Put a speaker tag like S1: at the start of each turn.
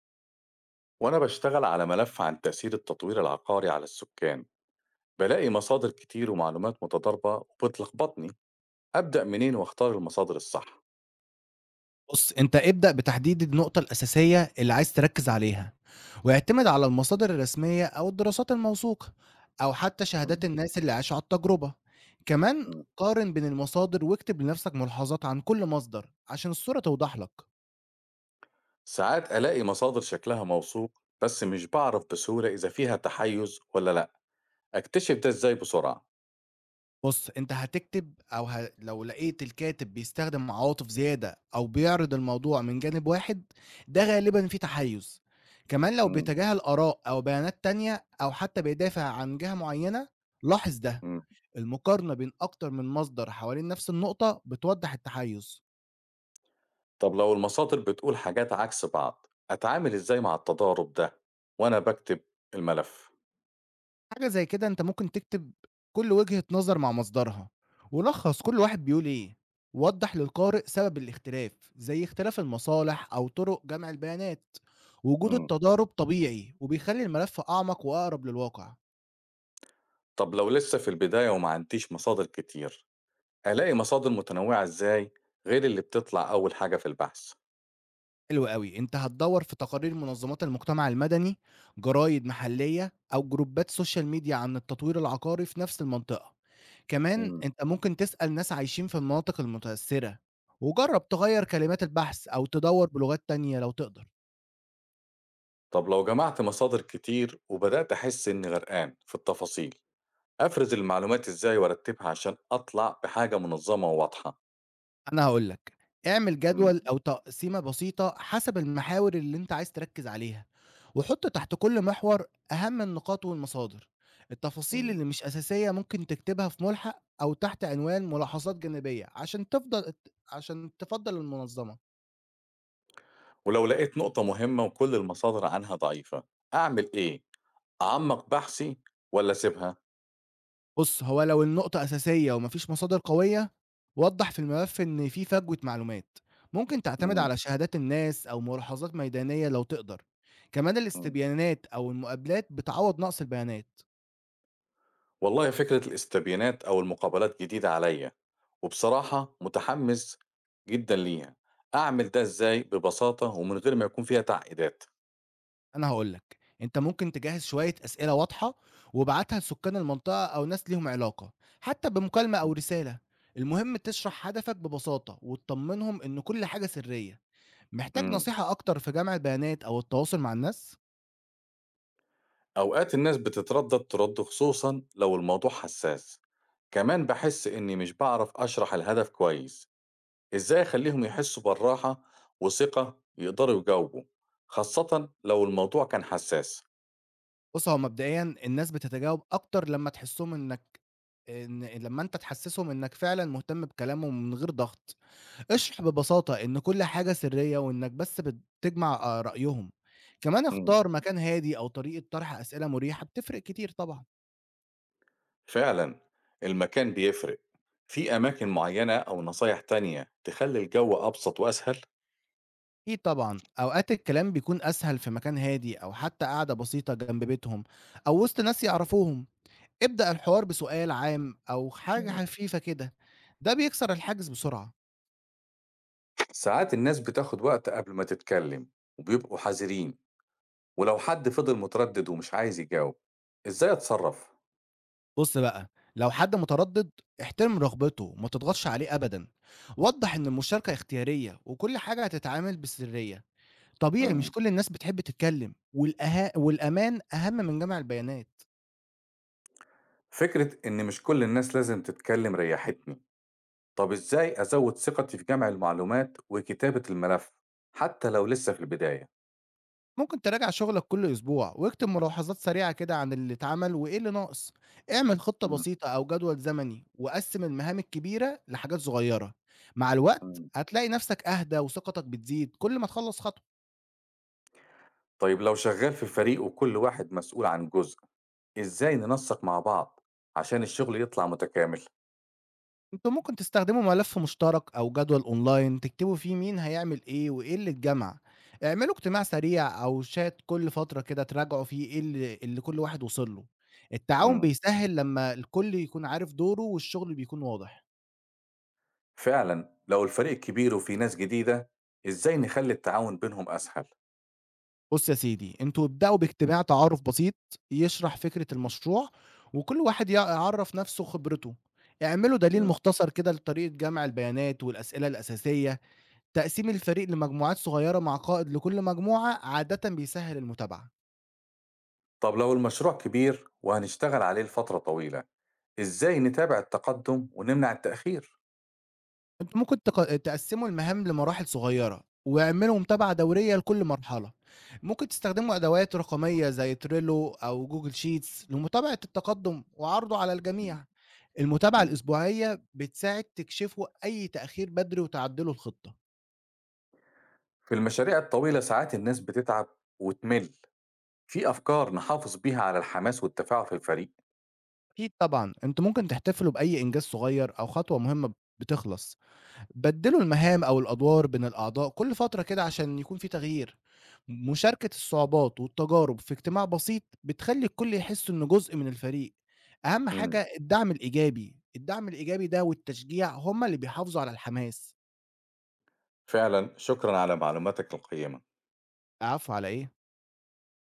S1: وأنا بشتغل على ملف عن تأثير التطوير العقاري على السكان، بلاقي مصادر كتير ومعلومات متضاربة وبتلخبطني. أبدأ منين وأختار المصادر الصح؟
S2: بُص، أنت ابدأ بتحديد النقطة الأساسية اللي عايز تركّز عليها، واعتمد على المصادر الرسمية أو الدراسات الموثوقة، أو حتى
S1: مم.
S2: شهادات الناس اللي عاشوا على التجربة. كمان
S1: مم.
S2: قارن بين المصادر واكتب لنفسك ملاحظات عن كل مصدر عشان الصورة توضح لك.
S1: ساعات ألاقي مصادر شكلها موثوق بس مش بعرف بسهولة إذا فيها تحيز ولا لأ. أكتشف ده إزاي بسرعة؟
S2: بُص، أنت هتكتب أو ه لو لقيت الكاتب بيستخدم عواطف زيادة أو بيعرض الموضوع من جانب واحد، ده غالبًا فيه تحيُّز. كمان لو
S1: مم.
S2: بيتجاهل آراء أو بيانات تانية أو حتى بيدافع عن جهة معينة، لاحظ ده.
S1: مم.
S2: المقارنة بين أكتر من مصدر حوالين نفس النقطة بتوضح التحيز.
S1: طب لو المصادر بتقول حاجات عكس بعض، أتعامل إزاي مع التضارب ده وأنا بكتب الملف؟
S2: حاجة زي كده أنت ممكن تكتب كل وجهة نظر مع مصدرها، ولخص كل واحد بيقول إيه. وضح للقارئ سبب الاختلاف زي اختلاف المصالح أو طرق جمع البيانات. وجود
S1: مم.
S2: التضارب طبيعي وبيخلي الملف أعمق وأقرب للواقع.
S1: طب لو لسه في البداية وما عنديش مصادر كتير، ألاقي مصادر متنوعة إزاي غير اللي بتطلع أول حاجة في البحث؟
S2: حلو أوي، أنت هتدوّر في تقارير منظمات المجتمع المدني، جرايد محلية أو جروبات سوشيال ميديا عن التطوير العقاري في نفس المنطقة، كمان
S1: مم.
S2: أنت ممكن تسأل ناس عايشين في المناطق المتأثرة، وجرّب تغيّر كلمات البحث أو تدوّر بلغات تانية لو تقدر.
S1: طب لو جمعت مصادر كتير وبدأت أحس إني غرقان في التفاصيل، أفرز المعلومات إزاي وأرتبها عشان أطلع بحاجة منظمة وواضحة؟
S2: أنا هاقول لك، اعمل
S1: مم.
S2: جدول أو تقسيمة بسيطة حسب المحاور اللي أنت عايز تركّز عليها، وحُط تحت كل محور أهم النقاط والمصادر، التفاصيل
S1: مم.
S2: اللي مش أساسية ممكن تكتبها في ملحق أو تحت عنوان ملاحظات جانبية عشان تفضل ت عشان تفضّل المنظمة.
S1: ولو لقيت نقطة مهمة وكل المصادر عنها ضعيفة، أعمل إيه؟ أعمق بحثي ولا أسيبها؟
S2: بُص، هو لو النقطة أساسية وما فيش مصادر قوية، وضّح في الملف إن في فجوة معلومات. ممكن تعتمد
S1: مم.
S2: على شهادات الناس أو ملاحظات ميدانية لو تقدر. كمان
S1: مم.
S2: الاستبيانات أو المقابلات بتعوّض نقص البيانات.
S1: والله فكرة الاستبيانات أو المقابلات جديدة عليا، وبصراحة متحمس جدا ليها. أعمل ده إزاي ببساطة ومن غير ما يكون فيها تعقيدات؟
S2: أنا هاقول لك، أنت ممكن تجهّز شوية أسئلة واضحة وابعتها لسكان المنطقة أو ناس ليهم علاقة، حتى بمكالمة أو رسالة. المهم تشرح هدفك ببساطة وتطمّنهم إن كل حاجة سرية. محتاج
S1: مم.
S2: نصيحة أكتر في جمع البيانات أو التواصل مع الناس؟
S1: أوقات الناس بتتردد ترد خصوصا لو الموضوع حساس، كمان بحس إني مش بعرف أشرح الهدف كويس. إزاي أخليهم يحسوا بالراحة وثقة يقدروا يجاوبوا، خاصة لو الموضوع كان حساس؟
S2: بُص، هو مبدئيًا الناس بتتجاوب أكتر لمّا تحسّهم إنّك إن لمّا أنت تحسّسهم إنّك فعلًا مهتم بكلامهم من غير ضغط، اشرح ببساطة إن كل حاجة سرية وإنّك بس بتجمع رأيهم، كمان
S1: مم.
S2: اختار مكان هادي أو طريقة طرح أسئلة مريحة بتفرق كتير طبعًا.
S1: فعلا المكان بيفرق. في أماكن معينة أو نصايح تانية تخلي الجو أبسط وأسهل؟
S2: أكيد طبعًا، أوقات الكلام بيكون أسهل في مكان هادي أو حتى قعدة بسيطة جنب بيتهم أو وسط ناس يعرفوهم، ابدأ الحوار بسؤال عام أو حاجة
S1: مم.
S2: خفيفة كده، ده بيكسر الحاجز بسرعة.
S1: ساعات الناس بتاخد وقت قبل ما تتكلم وبيبقوا حذرين، ولو حد فضل متردد ومش عايز يجاوب، إزاي أتصرف؟
S2: بُص بقى، لو حد متردد احترم رغبته وما تضغطش عليه أبدًا، وضّح إن المشاركة اختيارية وكل حاجة هتتعامل بسرية، طبيعي مش
S1: مم.
S2: كل الناس بتحب تتكلم والأها والأمان أهم من جمع البيانات،
S1: فكرة إن مش كل الناس لازم تتكلم ريحتني. طب إزاي أزود ثقتي في جمع المعلومات وكتابة الملف حتى لو لسه في البداية؟
S2: ممكن تراجع شغلك كل أسبوع واكتب ملاحظات سريعة كده عن اللي اتعمل وإيه اللي ناقص، اعمل خطة
S1: مم.
S2: بسيطة أو جدول زمني وقسّم المهام الكبيرة لحاجات صغيرة، مع الوقت
S1: مم.
S2: هتلاقي نفسك أهدى وثقتك بتزيد كل ما تخلّص خطوة.
S1: طيب لو شغال في فريق وكل واحد مسؤول عن جزء، إزاي ننسق مع بعض عشان الشغل يطلع متكامل؟
S2: أنتم ممكن تستخدموا ملف مشترك أو جدول أونلاين تكتبوا فيه مين هيعمل إيه وإيه اللي اتجمع، اعملوا اجتماع سريع أو شات كل فترة كده تراجعوا فيه إيه اللي كل واحد وصل له، التعاون
S1: إمم،
S2: بيسهل لما الكل يكون عارف دوره والشغل بيكون واضح.
S1: فعلًا لو الفريق كبير وفيه ناس جديدة، إزاي نخلّي التعاون بينهم أسهل؟
S2: بُص يا سيدي، أنتم ابدأوا باجتماع تعارف بسيط يشرح فكرة
S1: اهم.
S2: المشروع وكل واحد يع يعرّف نفسه وخبرته، اعملوا دليل
S1: إمم،
S2: مختصر كده لطريقة جمع البيانات والأسئلة الأساسية. تقسيم الفريق لمجموعات صغيرة مع قائد لكل مجموعة عادةً بيسهّل المتابعة.
S1: طب لو المشروع كبير وهنشتغل عليه لفترة طويلة، إزاي نتابع التقدم ونمنع التأخير؟
S2: أنتم ممكن تقسّموا المهام لمراحل صغيرة واعملوا متابعة دورية لكل مرحلة. ممكن تستخدموا أدوات رقمية زي Trello أو Google Sheets لمتابعة التقدُّم وعرضه على الجميع.
S1: إمم.
S2: المتابعة
S1: إمم،
S2: الأسبوعية بتساعد تكشفوا أي تأخير بدري وتعدّلوا الخطة.
S1: في المشاريع الطويلة ساعات الناس بتتعب وتمل، في أفكار نحافظ بيها على الحماس والتفاعل في الفريق؟
S2: أكيد طبعًا، أنتم ممكن تحتفلوا بأي إنجاز صغير أو خطوة مهمة بتخلص. بدلوا المهام أو الأدوار بين الأعضاء كل فترة كده عشان يكون في تغيير. مشاركة الصعوبات والتجارب في اجتماع بسيط بتخلي الكل يحس إنه جزء من الفريق. أهم
S1: إمم،
S2: حاجة الدعم الإيجابي ده والتشجيع هما اللي بيحافظوا على الحماس.
S1: فعلًا شكرًا على معلوماتك القيمة.
S2: أعفو على إيه؟